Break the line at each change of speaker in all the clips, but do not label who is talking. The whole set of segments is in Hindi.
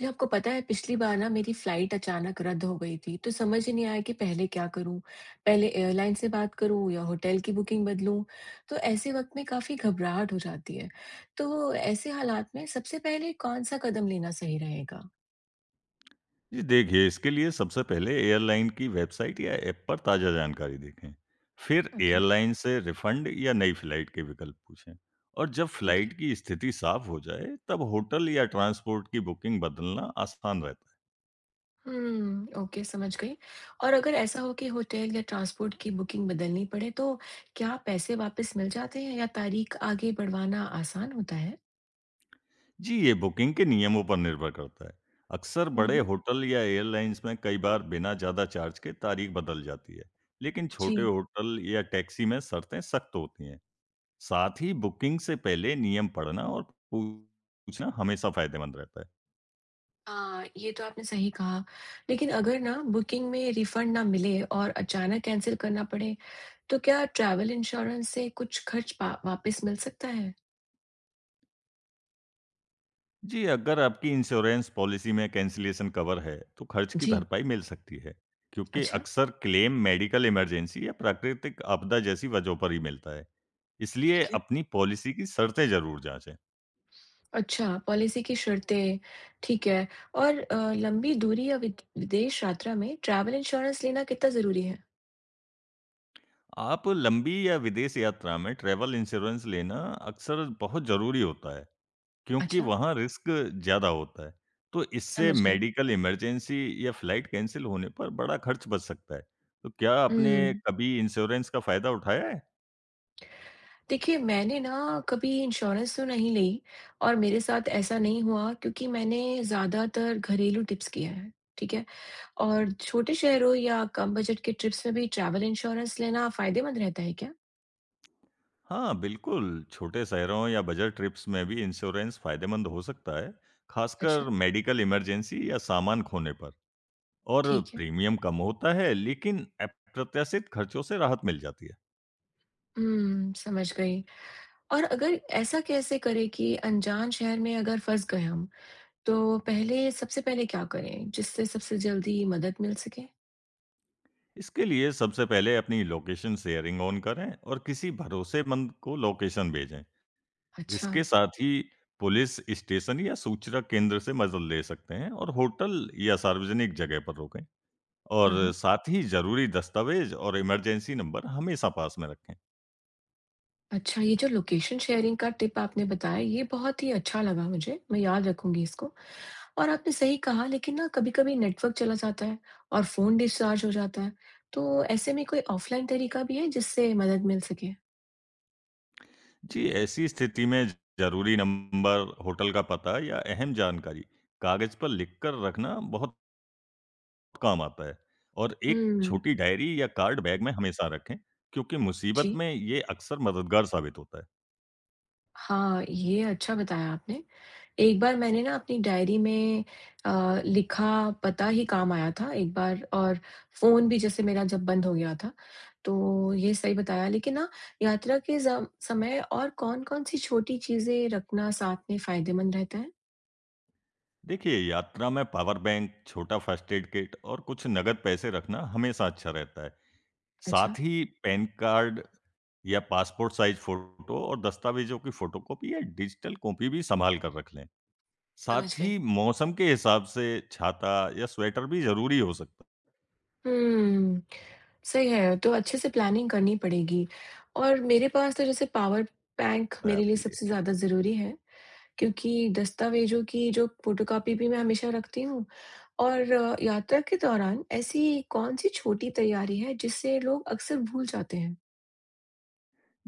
जी, आपको पता है पिछली बार ना मेरी फ्लाइट अचानक रद्द हो गई थी तो समझ ही नहीं आया कि पहले क्या करूं। पहले एयरलाइन से बात करूं या होटल की बुकिंग बदलूं। तो ऐसे वक्त में काफी घबराहट हो जाती है। तो ऐसे हालात में सबसे पहले कौन सा कदम लेना सही रहेगा।
जी देखिए, इसके लिए सबसे पहले एयरलाइन की वेबसाइट या ऐप पर ताज़ा जानकारी देखें। फिर
ओके।
एयरलाइन से रिफंड या नई फ्लाइट के विकल्प पूछें। और जब
ठीक है।
फ्लाइट की स्थिति साफ हो जाए, तब होटल या ट्रांसपोर्ट की बुकिंग बदलना आसान रहता है।
हम्म, ओके, समझ गई। और अगर ऐसा हो कि होटल या ट्रांसपोर्ट की बुकिंग बदलनी पड़े तो क्या पैसे वापस मिल जाते हैं या तारीख आगे बढ़वाना आसान होता है।
जी, ये बुकिंग के नियमों पर निर्भर करता है। अक्सर बड़े
हम्म।
होटल या एयरलाइंस में कई बार बिना ज़्यादा चार्ज के तारीख बदल जाती है, लेकिन छोटे
जी।
होटल या टैक्सी में शर्तें सख्त होती हैं। साथ ही बुकिंग से पहले नियम पढ़ना और पूछना हमेशा फायदेमंद रहता है।
हाँ, ये तो आपने सही कहा। लेकिन अगर ना बुकिंग में रिफंड ना मिले और अचानक कैंसल करना पड़े, तो क्या ट्रैवल इंश्योरेंस से कुछ खर्च पा वापस मिल सकता है?
जी, अगर आपकी इंश्योरेंस पॉलिसी में कैंसलेशन कवर है, तो खर्च की
जी,
भरपाई मिल सकती है, क्योंकि
अच्छा,
अक्सर क्लेम मेडिकल इमरजेंसी या प्राकृतिक आपदा जैसी वजहों पर ही मिलता है। इसलिए
ठीक है।
अपनी पॉलिसी की शर्तें ज़रूर जांचें।
अच्छा, पॉलिसी की शर्तें, ठीक है। और लंबी दूरी या विदेश यात्रा में ट्रैवल इंश्योरेंस लेना कितना ज़रूरी है?
आप लंबी या विदेश यात्रा में ट्रैवल इंश्योरेंस लेना अक्सर बहुत ज़रूरी होता है। क्योंकि
अच्छा,
वहाँ रिस्क ज़्यादा होता है। तो इससे
समझ गई।
मेडिकल इमरजेंसी या फ्लाइट कैंसल होने पर बड़ा खर्च बच सकता है। तो क्या आपने
हुँ।
कभी इंश्योरेंस का फ़ायदा उठाया है?
देखिए, मैंने ना कभी इंश्योरेंस तो नहीं ली और मेरे साथ ऐसा नहीं हुआ क्योंकि मैंने ज़्यादातर घरेलू टिप्स किए हैं, ठीक है? और छोटे शहरों या कम बजट के ट्रिप्स में भी ट्रैवल इंश्योरेंस लेना फ़ायदेमंद रहता है क्या?
हाँ, बिल्कुल। छोटे शहरों या बजट ट्रिप्स में भी इंश्योरेंस फ़ायदेमंद हो सकता है, खासकर
अच्छा,
मेडिकल इमरजेंसी या सामान खोने पर। और
ठीक है।
प्रीमियम कम होता है, लेकिन अप्रत्याशित खर्चों से राहत मिल जाती है।
हुँ, समझ गई। और अगर ऐसा कैसे करें कि अनजान शहर में अगर फँस गए हम, तो पहले सबसे पहले क्या करें, जिससे सबसे जल्दी मदद मिल सके?
इसके लिए सबसे पहले अपनी लोकेशन शेयरिंग ऑन करें और किसी भरोसेमंद को लोकेशन भेजें।
अच्छा,
इसके साथ ही पुलिस स्टेशन या सूचना केंद्र से मदद ले सकते हैं और होटल या सार्वजनिक जगह पर रुकें।
हाँ,
और
हाँ।
साथ ही जरूरी दस्तावेज और इमरजेंसी नंबर हमेशा पास में रखें।
अच्छा, ये जो लोकेशन शेयरिंग का टिप आपने बताया, ये बहुत ही अच्छा लगा मुझे। मैं याद रखूँगी इसको। और आपने सही कहा लेकिन ना कभी-कभी नेटवर्क चला जाता है और फ़ोन डिस्चार्ज हो जाता है। तो ऐसे में कोई ऑफ़लाइन तरीका भी है जिससे मदद मिल सके?
जी, ऐसी स्थिति में जरूरी नंबर, होटल का पता या अहम जानकारी कागज पर लिख कर रखना बहुत काम आता है। और एक
हुँ,
छोटी डायरी या कार्ड बैग में हमेशा रखें, क्योंकि मुसीबत
जी।
में ये अक्सर मददगार साबित होता है।
हाँ, ये अच्छा बताया आपने। एक बार मैंने ना अपनी डायरी में लिखा पता ही काम आया था एक बार। और फ़ोन भी जैसे मेरा जब बंद हो गया था, तो ये सही बताया। लेकिन ना यात्रा के ज़म समय और कौन-कौन सी छोटी चीज़ें रखना साथ में फ़ायदेमंद रहता है?
देखिए, यात्रा में पावर बैंक, छोटा फर्स्ट एड किट और कुछ नगद पैसे रखना हमेशा अच्छा रहता है।
अच्छा,
साथ ही पैन कार्ड या पासपोर्ट साइज़ फ़ोटो और दस्तावेज़ों की फ़ोटोकॉपी या डिजिटल कॉपी भी सँभाल कर रख लें।
समझ
साथ
गई।
ही मौसम के हिसाब से छाता या स्वेटर भी ज़रूरी हो सकता
हुँ, सही है, तो अच्छे से प्लानिंग करनी पड़ेगी। और मेरे पास तो जैसे पावर बैंक
है
मेरे लिए
आपके लिए।
सबसे ज़्यादा ज़रूरी है। क्योंकि दस्तावेज़ों की जो फ़ोटोकॉपी भी मैं हमेशा रखती हूँ। और यात्रा के दौरान ऐसी कौन-सी छोटी तैयारी है जिससे लोग अक्सर भूल जाते हैं?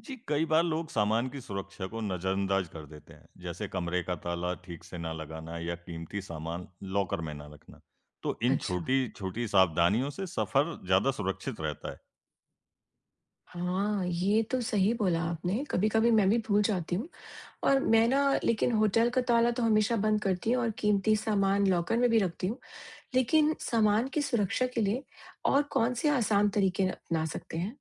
जी, कई बार लोग सामान की सुरक्षा को नज़रअंदाज कर देते हैं, जैसे कमरे का ताला ठीक से ना लगाना या कीमती सामान लॉकर में ना रखना। तो इन
अच्छा,
छोटी-छोटी सावधानियों से सफ़र ज़्यादा सुरक्षित रहता है।
हाँ, ये तो सही बोला आपने, कभी-कभी मैं भी भूल जाती हूँ। और मैं ना लेकिन होटल का ताला तो हमेशा बंद करती हूँ और कीमती सामान लॉकर में भी रखती हूँ, लेकिन सामान की सुरक्षा के लिए और कौन से आसान तरीके अपना सकते हैं?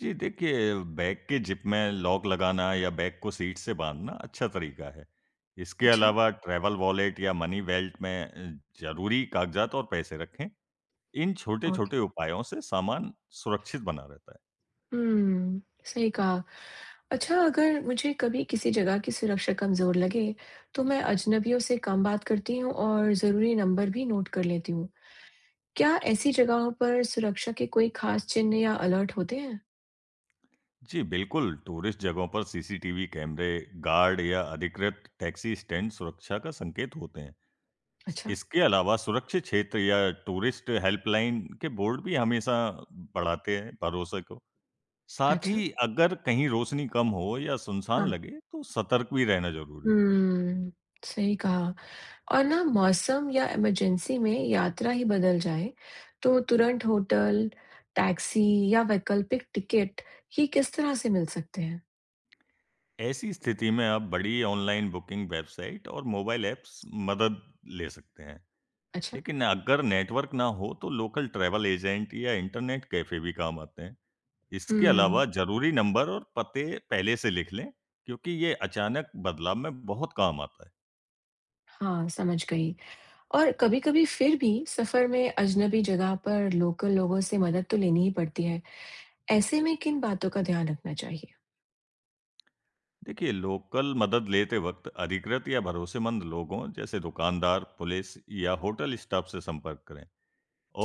जी, देखिए, बैग के जिप में लॉक लगाना या बैग को सीट से बाँधना अच्छा तरीका है। इसके
अच्छा।
अलावा ट्रैवल वॉलेट या मनी बेल्ट में ज़रूरी कागज़ात और पैसे रखें। इन छोटे-छोटे उपायों से सामान सुरक्षित बना रहता है।
हुँ, सही कहा। अच्छा, अगर मुझे कभी किसी जगह की सुरक्षा कमज़ोर लगे, तो मैं अजनबियों से कम बात करती हूँ और ज़रूरी नंबर भी नोट कर लेती हूँ। क्या ऐसी जगहों पर सुरक्षा के कोई ख़ास चिन्ह या अलर्ट होते हैं?
जी, बिल्कुल। टूरिस्ट जगहों पर सीसीटीवी कैमरे, गार्ड या अधिकृत टैक्सी स्टैंड सुरक्षा का संकेत होते हैं। स
अच्छा,
इसके अलावा सुरक्षित क्षेत्र या टूरिस्ट हेल्पलाइन के बोर्ड भी हमेशा बढ़ाते हैं भरोसे को। साथ
अच्छा,
ही अगर कहीं रोशनी कम हो या सुनसान
हाँ।
लगे, तो सतर्क भी रहना ज़रूरी होता
हुँ, सही कहा। और ना मौसम या इमरजेंसी में यात्रा ही बदल जाए, तो तुरंत होटल, टैक्सी या वैकल्पिक टिकट ये किस तरह से मिल सकते हैं?
है। ऐसी स्थिति में आप बड़ी ऑनलाइन बुकिंग वेबसाइट और मोबाइल ऐप्स मदद ले सकते हैं।
अच्छा,
लेकिन अगर नेटवर्क ना हो, तो लोकल ट्रैवल एजेंट या इंटरनेट कैफ़े भी काम आते हैं। इसके
हुँ।
अलावा ज़रूरी नंबर और पते पहले से लिख लें, क्योंकि ये अचानक बदलाव में बहुत काम आता है।
हाँ, समझ गई। और कभी-कभी फिर भी सफ़र में अजनबी जगह पर लोकल लोगों से मदद तो लेनी ही पड़ती है। ऐसे में किन बातों का ध्यान रखना चाहिए?
देखिए, लोकल मदद लेते वक्त अधिकृत या भरोसेमंद लोगों जैसे दुकानदार, पुलिस या होटल स्टाफ से संपर्क करें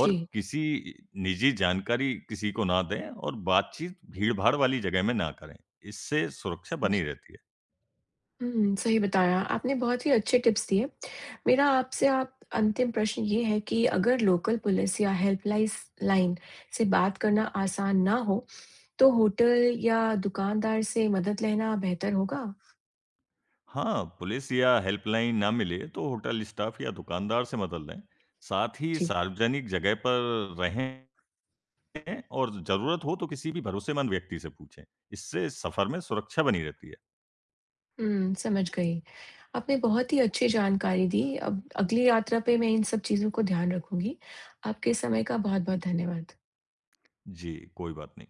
और किसी निजी जानकारी किसी को ना दें और बातचीत भीड़-भाड़ वाली जगह में ना करें। इससे सुरक्षा
समझ
बनी
गई।
रहती है।
हुँ, सही बताया। आपने बहुत ही अच्छे टिप्स दिए। मेरा आपसे आप अंतिम प्रश्न ये है कि अगर लोकल पुलिस या हेल्पलाइस लाइन से बात करना आसान ना हो, तो होटल या दुकानदार से मदद लेना बेहतर होगा?
हाँ, पुलिस या हेल्पलाइन ना मिले तो होटल स्टाफ या दुकानदार से मदद लें। साथ ही
जी।
सार्वजनिक जगह पर रहें हैं और ज़रूरत हो तो किसी भी भरोसेमंद व्यक्ति से पूछें। इससे सफ़र में सुरक्षा बनी रहती है।
हुँ, समझ गई। आपने बहुत ही अच्छी जानकारी दी। अब अगली यात्रा पे मैं इन सब चीज़ों को ध्यान रखूँगी। आपके समय का बहुत-बहुत धन्यवाद।
जी, कोई बात नहीं।